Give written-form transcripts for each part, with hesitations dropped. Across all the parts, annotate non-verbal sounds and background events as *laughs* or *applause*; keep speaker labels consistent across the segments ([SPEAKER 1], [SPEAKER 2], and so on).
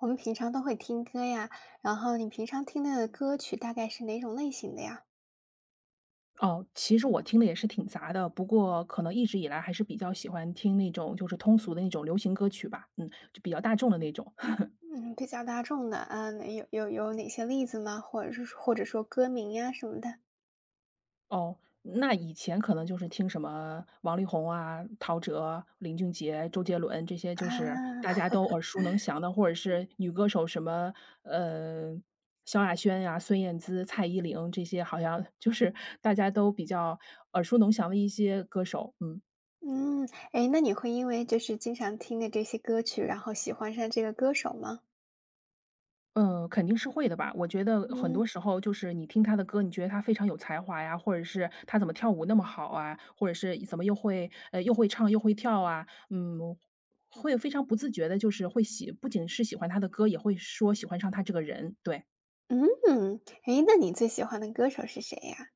[SPEAKER 1] 我们平常都会听歌呀，然后你平常听的歌曲大概是哪种类型的呀？
[SPEAKER 2] 哦，其实我听的也是挺杂的，不过可能一直以来还是比较喜欢听那种就是通俗的那种流行歌曲吧，嗯，就比较大众的那种。*laughs*
[SPEAKER 1] 嗯，比较大众的，啊，那有哪些例子吗？或者说歌名呀什么的？
[SPEAKER 2] 哦，那以前可能就是听什么王力宏啊、陶喆、林俊杰、周杰伦这些，就
[SPEAKER 1] 啊，
[SPEAKER 2] 是大家
[SPEAKER 1] *laughs*
[SPEAKER 2] 都耳熟能详的，或者是女歌手什么呃萧亚轩呀、孙燕姿、蔡依林这些，好像就是大家都比较耳熟能详的一些歌手，嗯。
[SPEAKER 1] 嗯，哎，那你会因为就是经常听的这些歌曲，然后喜欢上这个歌手吗？
[SPEAKER 2] 嗯，肯定是会的吧。我觉得很
[SPEAKER 1] 嗯，
[SPEAKER 2] 多时候就是你听他的歌，你觉得他非常有才华呀，或者是他怎么跳舞那么好啊，或者是怎么又会又会唱又会跳啊，嗯，会非常不自觉的，就是会喜不仅是喜欢他的歌，也会说喜欢上他这个人，对。
[SPEAKER 1] 嗯，哎，那你最喜欢的歌手是谁呀？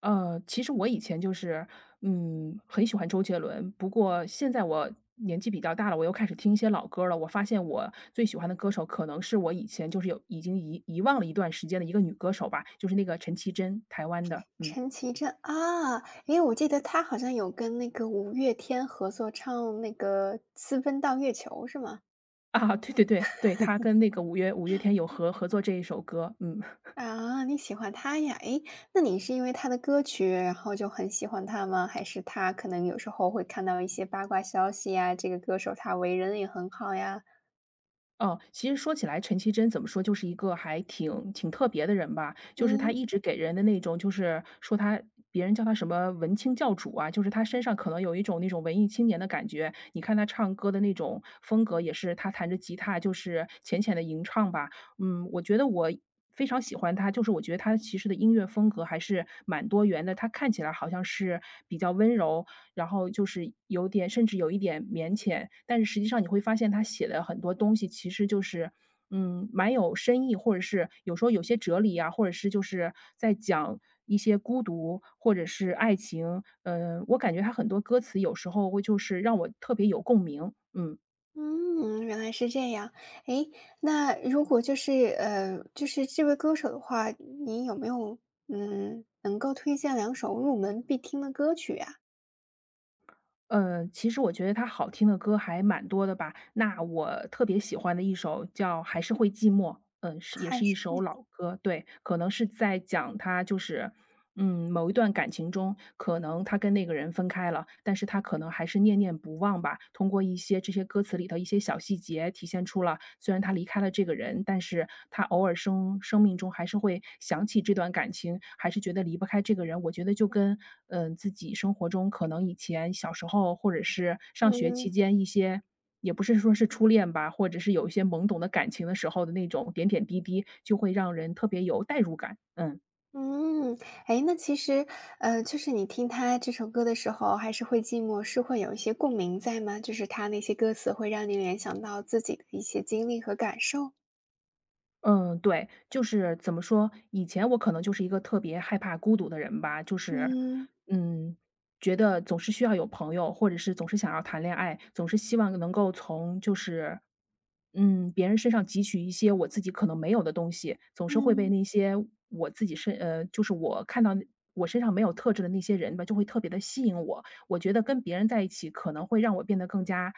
[SPEAKER 2] 其实我以前就是，嗯，很喜欢周杰伦，不过现在我年纪比较大了，我又开始听一些老歌儿了。我发现我最喜欢的歌手可能是我以前就是有已经遗忘了一段时间的一个女歌手吧，就是那个陈绮贞，台湾的，嗯，
[SPEAKER 1] 陈绮贞，啊，哎，我记得她好像有跟那个五月天合作唱那个《私奔到月球》，是吗？
[SPEAKER 2] 啊，对对对对，她跟那个五月天有合作这一首歌，嗯。
[SPEAKER 1] 啊，你喜欢他呀？诶，那你是因为他的歌曲，然后就很喜欢他吗？还是他可能有时候会看到一些八卦消息呀，这个歌手他为人也很好呀？
[SPEAKER 2] 哦，其实说起来，陈绮贞怎么说，就是一个还挺特别的人吧。就是她
[SPEAKER 1] 嗯，
[SPEAKER 2] 一直给人的那种，就是说她别人叫她什么文青教主啊，就是她身上可能有一种那种文艺青年的感觉。你看她唱歌的那种风格，也是她弹着吉他，就是浅浅的吟唱吧。嗯，我觉得我非常喜欢她，就是我觉得她其实的音乐风格还是蛮多元的。她看起来好像是比较温柔，然后就是有点甚至有一点腼腆，但是实际上你会发现他写的很多东西其实就是，嗯，蛮有深意，或者是有时候有些哲理啊，或者是就是在讲一些孤独或者是爱情，嗯，我感觉他很多歌词有时候会就是让我特别有共鸣，嗯。
[SPEAKER 1] 嗯，原来是这样。诶，那如果这位歌手的话，你有没有，嗯，能够推荐两首入门必听的歌曲呀？
[SPEAKER 2] 其实我觉得他好听的歌还蛮多的吧。那我特别喜欢的一首叫《还是会寂寞》，嗯，是也是
[SPEAKER 1] 还
[SPEAKER 2] 一
[SPEAKER 1] 是
[SPEAKER 2] 首
[SPEAKER 1] 会
[SPEAKER 2] 老歌。对，可能是在讲他就是，嗯，某一段感情中，可能他跟那个人分开了，但是他可能还是念念不忘望吧，通过一些这些歌词里头一些小细节，体现出了虽然他离开了这个人，但是他偶尔生命中还是会想起这段感情，还是觉得离不开这个人。我觉得就跟，自己生活中可能以前小时候或者是上学期
[SPEAKER 1] 嗯。
[SPEAKER 2] 间一些也不是说是初恋吧，或者是有一些懵懂的感情的时候的那种点点滴滴，就会让人特别有代入感，嗯。
[SPEAKER 1] 嗯，哎，那其实，就是你听他这首歌的时候，还是会寂寞，是会有一些共鸣在吗？就是他那些歌词会让你联想到自己的一些经历和感受？
[SPEAKER 2] 嗯，对，就是怎么说，以前我可能就是一个特别害怕孤独的人吧，就是，
[SPEAKER 1] 嗯，
[SPEAKER 2] 嗯，觉得总是需要有朋友，或者是总是想要谈恋爱，总是希望能够从就是，嗯，别人身上汲取一些我自己可能没有的东西，总是会被
[SPEAKER 1] 嗯，
[SPEAKER 2] 那些我自己身呃，就是我看到那我身上没有特质的那些人吧，就会特别的吸引我。我觉得跟别人在一起可能会让我变得更加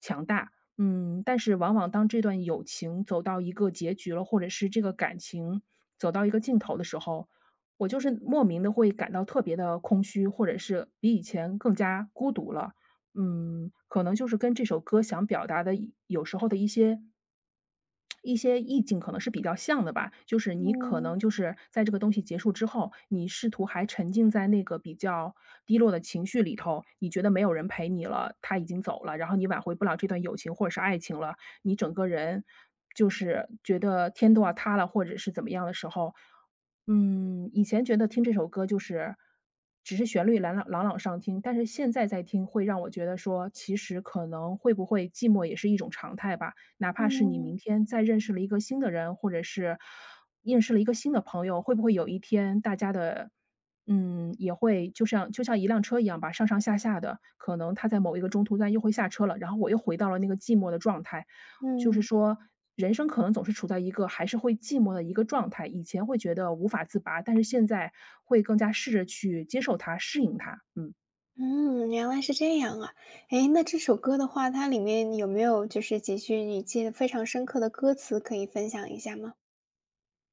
[SPEAKER 2] 强大，嗯，但是往往当这段友情走到一个结局了，或者是这个感情走到一个尽头的时候，我就是莫名的会感到特别的空虚，或者是比以前更加孤独了。嗯，可能就是跟这首歌想表达的一有时候的一些一些意境可能是比较像的吧，就是你可
[SPEAKER 1] 嗯，
[SPEAKER 2] 能就是在这个东西结束之后，你试图还沉浸在那个比较低落的情绪里头，你觉得没有人陪你了，他已经走了，然后你挽回不了这段友情或者是爱情了，你整个人就是觉得天都要塌了，或者是怎么样的时候，嗯，以前觉得听这首歌就是只是旋律朗朗上听，但是现在在听会让我觉得说，其实可能会不会寂寞也是一种常态吧。哪怕是你明
[SPEAKER 1] 嗯，
[SPEAKER 2] 天再认识了一个新的人，或者是认识了一个新的朋友，会不会有一天大家的嗯，也会就像一辆车一样吧，上上下下的，可能他在某一个中途站又会下车了，然后我又回到了那个寂寞的状态。就是
[SPEAKER 1] 嗯，
[SPEAKER 2] 说，人生可能总是处在一个还是会寂寞的一个状态，以前会觉得无法自拔，但是现在会更加试着去接受它、适应它，嗯。
[SPEAKER 1] 嗯，原来是这样啊。哎，那这首歌的话，它里面有没有就是几句你记得非常深刻的歌词可以分享一下吗？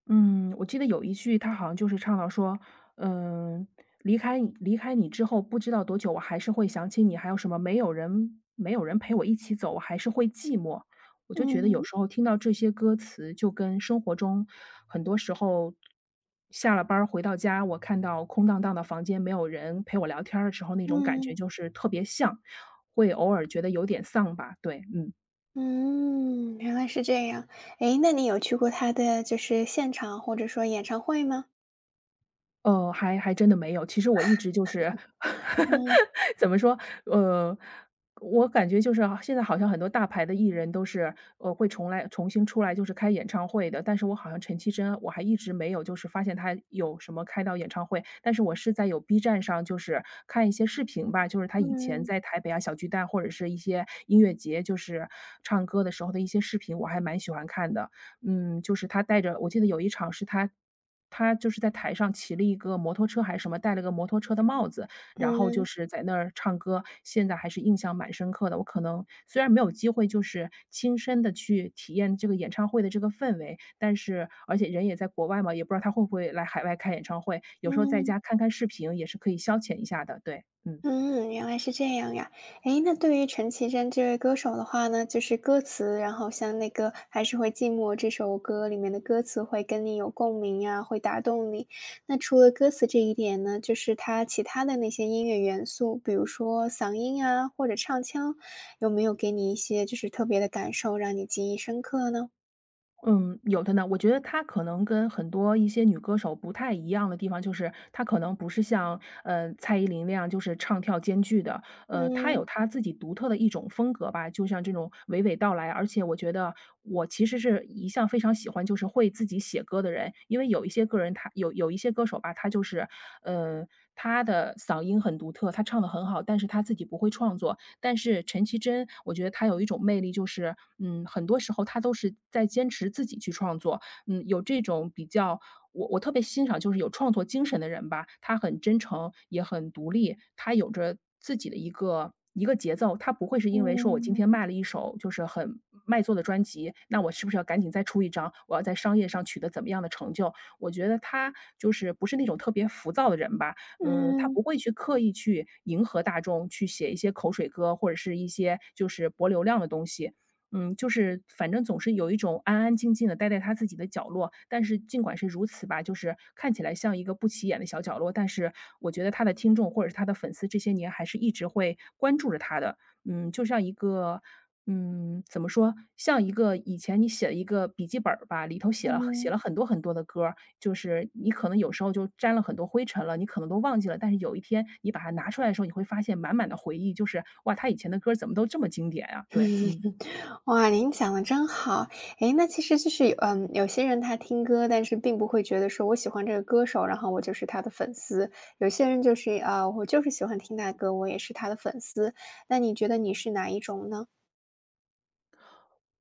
[SPEAKER 2] 嗯，我记得有一句，他好像就是唱到说，嗯，离开你之后不知道多久，我还是会想起你，还有什么没有人陪我一起走，我还是会寂寞。我就觉得有
[SPEAKER 1] 嗯，
[SPEAKER 2] 时候听到这些歌词，就跟生活中很多时候下了班儿回到家，我看到空荡荡的房间，没有人陪我聊天儿的时候，那种感觉
[SPEAKER 1] 嗯。
[SPEAKER 2] 就是特别像，会偶尔觉得有点丧吧。对，嗯。
[SPEAKER 1] 嗯，原来是这样。诶，那你有去过他的就是现场或者说演唱会吗？
[SPEAKER 2] 还真的没有。其实我一直就是
[SPEAKER 1] 嗯，
[SPEAKER 2] *laughs*，怎么说，呃，我感觉就是好现在好像很多大牌的艺人都是，会重来重新出来就是开演唱会的，但是我好像陈绮贞，我还一直没有就是发现她有什么开到演唱会，但是我是在有 B 站上就是看一些视频吧，就是她以前
[SPEAKER 1] 嗯，
[SPEAKER 2] 在台北啊、小巨蛋或者是一些音乐节，就是唱歌的时候的一些视频，我还蛮喜欢看的。嗯，就是他带着我记得有一场是他就是在台上骑了一个摩托车还是什么，戴了个摩托车的帽子，然后就
[SPEAKER 1] 嗯，
[SPEAKER 2] 是在那儿唱歌，现在还是印象蛮深刻的。我可能虽然没有机会就是亲身的去体验这个演唱会的这个氛围，但是而且人也在国外嘛，也不知道他会不会来海外开演唱会，有时候在
[SPEAKER 1] 嗯。
[SPEAKER 2] 家看看视频也是可以消遣一下的，对，嗯。
[SPEAKER 1] 嗯，原来是这样呀。诶，那对于陈绮贞这位歌手的话呢，就是歌词，然后像那个“还是会寂寞”这首歌里面的歌词会跟你有共鸣呀，会打动你。那除了歌词这一点呢，就是它其他的那些音乐元素，比如说嗓音啊，或者唱腔，有没有给你一些就是特别的感受，让你记忆深刻呢？
[SPEAKER 2] 嗯，有的呢。我觉得她可能跟很多一些女歌手不太一样的地方，就是她可能不是像，蔡依林那样就是唱跳兼具的，她有
[SPEAKER 1] 嗯，
[SPEAKER 2] 她自己独特的一种风格吧，就像这种娓娓道来。而且我觉得我其实是一向非常喜欢就是会自己写歌的人，因为有一些个人他有一些歌手吧，他就是，呃，他的嗓音很独特，他唱的很好，但是他自己不会创作。但是陈绮贞，我觉得她有一种魅力，就是嗯，很多时候她都是在坚持自己去创作，嗯，有这种比较我特别欣赏就是有创作精神的人吧，她很真诚，也很独立，她有着自己的一个一个节奏，她不会是因为说我今
[SPEAKER 1] 嗯，
[SPEAKER 2] 天卖了一首就是很卖座的专辑，那我是不是要赶紧再出一张？我要在商业上取得怎么样的成就？我觉得她就是不是那种特别浮躁的人吧。嗯，他
[SPEAKER 1] 嗯，
[SPEAKER 2] 不会去刻意去迎合大众，去写一些口水歌，或者是一些就是博流量的东西。嗯，就是反正总是有一种安安静静的待在他自己的角落，但是尽管是如此吧，就是看起来像一个不起眼的小角落，但是我觉得他的听众或者是他的粉丝这些年还是一直会关注着他的。嗯，就像一个怎么说，像一个以前你写一个笔记本儿吧，里头写了
[SPEAKER 1] 嗯。
[SPEAKER 2] 很多很多的歌儿，就是你可能有时候就沾了很多灰尘了，你可能都忘记了，但是有一天你把它拿出来的时候，你会发现满满的回忆，就是哇，他以前的歌儿怎么都这么经典啊？对，嗯。
[SPEAKER 1] 哇，您讲的真好。诶，那其实就是有嗯，有些人他听歌，但是并不会觉得说我喜欢这个歌手，然后我就是他的粉丝。有些人就是，啊，我就是喜欢听他的歌，我也是他的粉丝。那你觉得你是哪一种呢？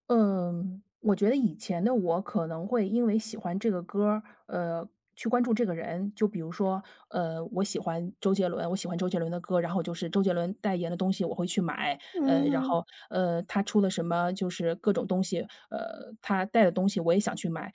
[SPEAKER 2] 嗯，我觉得以前的我可能会因为喜欢这个歌儿，去关注这个人。就比如说，我喜欢周杰伦，我喜欢周杰伦的歌，然后就是周杰伦代言的东西我会去买，呃，然
[SPEAKER 1] 嗯，
[SPEAKER 2] 后呃，他出了什么就是各种东西，他带的东西我也想去买。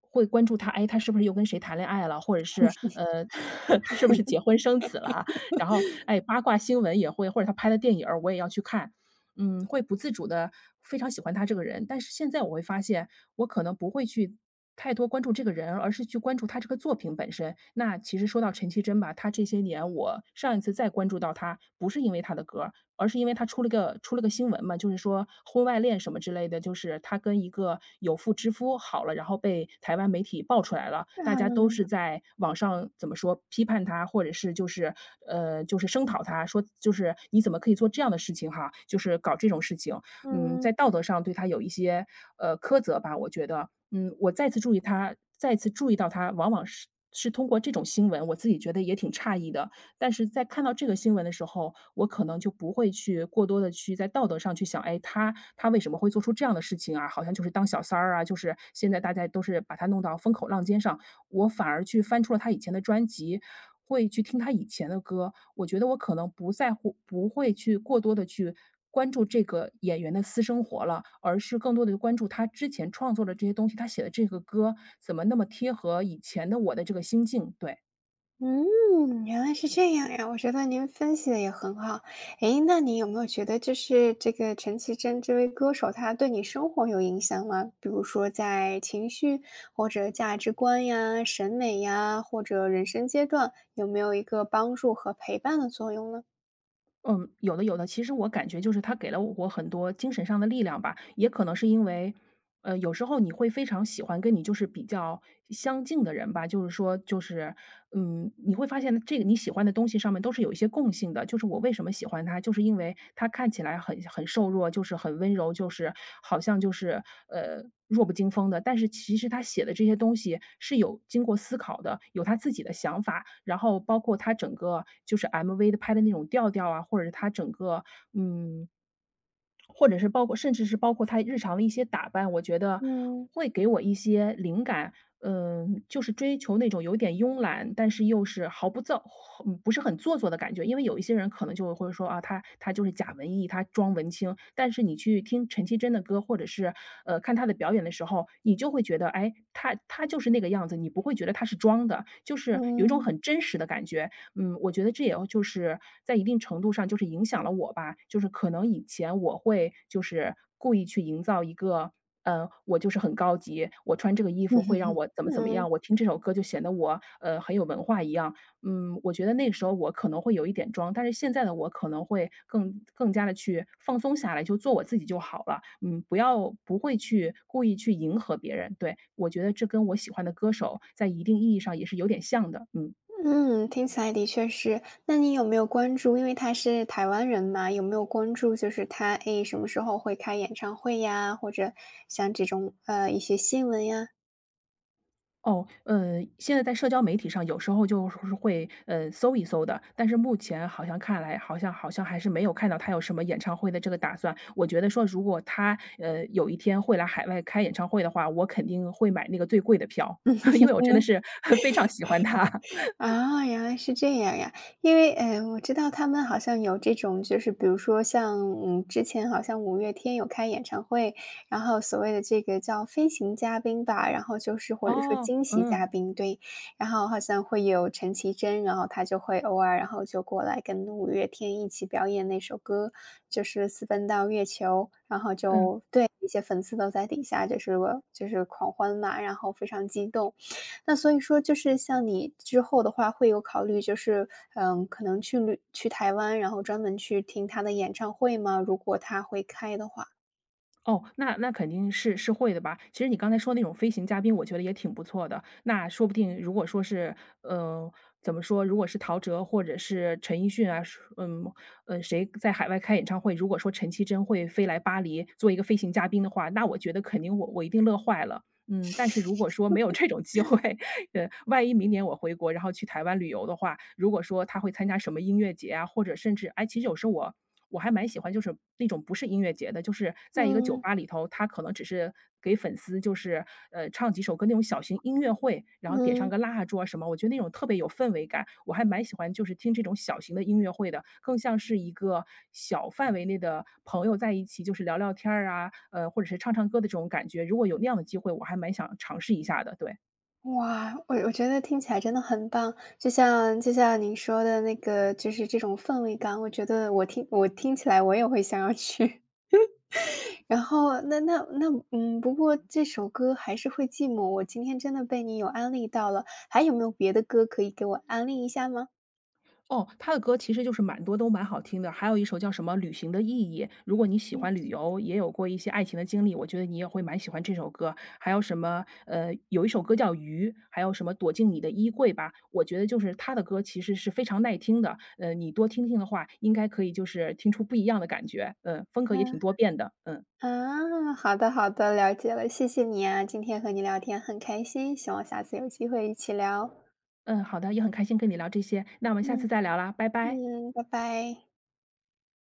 [SPEAKER 2] 会关注他，哎，他是不是又跟谁谈恋爱了，或者是呃，*laughs* 是不是结婚生子了？然后，哎，八卦新闻也会，或者他拍的电影儿我也要去看。嗯，会不自主的非常喜欢他这个人。但是现在我会发现，我可能不会去太多关注这个人，而是去关注他这个作品本身。那其实说到陈绮贞吧，她这些年我上一次再关注到她，不是因为她的歌，而是因为他出了个新闻嘛，就是说婚外恋什么之类的，就是他跟一个有妇之夫好了，然后被台湾媒体爆出来了，大
[SPEAKER 1] 啊，
[SPEAKER 2] 家都是在网上怎么说批判他，或者是就是声讨他，说就是你怎么可以做这样的事情哈，就是搞这种事情。嗯，在
[SPEAKER 1] 嗯。
[SPEAKER 2] 道德上对他有一些苛责吧，我觉得。嗯，我再次注意他，再次注意到他，往往是，是通过这种新闻，我自己觉得也挺诧异的。但是在看到这个新闻的时候，我可能就不会去过多的去在道德上去想，哎，他为什么会做出这样的事情啊？好像就是当小三儿啊，就是现在大家都是把他弄到风口浪尖上。我反而去翻出了他以前的专辑，会去听他以前的歌，我觉得我可能不在乎，不会去过多的去关注这个演员的私生活了，而是更多的关注他之前创作的这些东西，他写的这个歌怎么那么贴合以前的我的这个心境，对。
[SPEAKER 1] 嗯，原来是这样呀，我觉得您分析的也很好。诶，那你有没有觉得就是这个陈绮贞这位歌手，她对你生活有影响吗？比如说在情绪或者价值观呀、审美呀，或者人生阶段，有没有一个帮助和陪伴的作用呢？
[SPEAKER 2] 嗯，有的有的。其实我感觉就是他给了我很多精神上的力量吧，也可能是因为有时候你会非常喜欢跟你就是比较相近的人吧，就是说，你会发现这个你喜欢的东西上面都是有一些共性的。就是我为什么喜欢他，就是因为他看起来很瘦弱，就是很温柔，就是好像就是弱不禁风的。但是其实他写的这些东西是有经过思考的，有他自己的想法，然后包括他整个就是 MV 的拍的那种调调啊，或者是他整个嗯或者是包括甚至是包括他日常的一些打扮，我觉得
[SPEAKER 1] 嗯。
[SPEAKER 2] 会给我一些灵感。嗯，就是追求那种有点慵懒，但是又是毫不造，不是很做作的感觉。因为有一些人可能就会说啊，他就是假文艺，他装文青。但是你去听陈绮贞的歌，或者是看她的表演的时候，你就会觉得，哎，她就是那个样子，你不会觉得她是装的，就是有一种
[SPEAKER 1] 嗯，
[SPEAKER 2] 很真实的感觉。嗯，我觉得这也要就是在一定程度上就是影响了我吧，就是可能以前我会就是故意去营造一个，我就是很高级，我穿这个衣服会让我怎么怎么样，
[SPEAKER 1] 嗯。
[SPEAKER 2] 我听这首歌就显得我，很有文化一样。嗯，我觉得那个时候我可能会有一点装，但是现在的我可能会更加的去放松下来，就做我自己就好了。嗯，不要不会去故意去迎合别人，对，我觉得这跟我喜欢的歌手在一定意义上也是有点像的，嗯。
[SPEAKER 1] 嗯，听起来的确是。那你有没有关注，因为他是台湾人嘛，有没有关注就是他，诶，什么时候会开演唱会呀，或者像这种，一些新闻呀？
[SPEAKER 2] 哦，现在在社交媒体上有时候就是会，搜一搜的，但是目前好像看来，好像还是没有看到他有什么演唱会的这个打算。我觉得说如果他，有一天会来海外开演唱会的话，我肯定会买那个最贵的票，*laughs* 因为我真的是 *laughs* 非常喜欢他。
[SPEAKER 1] 啊，原来是这样呀！因为，嗯，我知道他们好像有这种，就是比如说像，嗯，之前好像五月天有开演唱会，然后所谓的这个叫飞行嘉宾吧，然后就是
[SPEAKER 2] *laughs*
[SPEAKER 1] 或者说
[SPEAKER 2] 哦，
[SPEAKER 1] 惊喜
[SPEAKER 2] 嗯，
[SPEAKER 1] 嘉宾，对，然后好像会有陈绮贞，然后她就会偶尔，然后就过来跟五月天一起表演那首歌，就是《私奔到月球》，然后
[SPEAKER 2] 嗯。
[SPEAKER 1] 就对一些粉丝都在底下就是狂欢嘛，然后非常激动。那所以说就是像你之后的话，会有考虑就是，嗯，可能去台湾，然后专门去听他的演唱会吗？如果他会开的话。
[SPEAKER 2] 哦，那肯定是会的吧。其实你刚才说那种飞行嘉宾，我觉得也挺不错的。那说不定如果说是，呃，怎么说？如果是陶喆或者是陈奕迅啊，谁在海外开演唱会？如果说陈绮贞会飞来巴黎做一个飞行嘉宾的话，那我觉得肯定我一定乐坏了。嗯，但是如果说没有这种机会，万一明年我回国，然后去台湾旅游的话，如果说他会参加什么音乐节啊，或者甚至哎，其实有时候我还蛮喜欢，就是那种不是音乐节的，就是在一个酒
[SPEAKER 1] 嗯。
[SPEAKER 2] 吧里头，他可能只是给粉丝就是唱几首歌那种小型音乐会，然后点上
[SPEAKER 1] 嗯，
[SPEAKER 2] 个蜡烛啊什么，我觉得那种特别有氛围感，我还蛮喜欢就是听这种小型的音乐会的，更像是一个小范围内的朋友在一起，就是聊聊天儿啊，或者是唱唱歌的这种感觉。如果有那样的机会，我还蛮想尝试一下的。对，
[SPEAKER 1] 哇，我觉得听起来真的很棒。就像您说的那个，就是这种氛围感，我觉得我听起来我也会想要去。*laughs* 然后那嗯，不过这首歌还是会寂寞，我今天真的被你有安利到了，还有没有别的歌可以给我安利一下吗？
[SPEAKER 2] 哦，他的歌其实就是蛮多都蛮好听的，还有一首叫什么《旅行的意义》，如果你喜
[SPEAKER 1] 嗯。
[SPEAKER 2] 欢旅游，也有过一些爱情的经历，我觉得你也会蛮喜欢这首歌。还有什么，有一首歌叫《鱼》，还有什么《躲进你的衣柜》吧，我觉得就是他的歌其实是非常耐听的，你多听听的话，应该可以就是听出不一样的感觉，嗯，风格也挺
[SPEAKER 1] 嗯。
[SPEAKER 2] 多变的，嗯。
[SPEAKER 1] 啊，好的好的，了解了，谢谢你啊，今天和你聊天很开心，希望下次有机会一起聊。
[SPEAKER 2] 嗯，好的，也很开心跟你聊这些，那我们下次
[SPEAKER 1] 嗯
[SPEAKER 2] 再聊啦，拜拜。
[SPEAKER 1] 嗯，拜拜。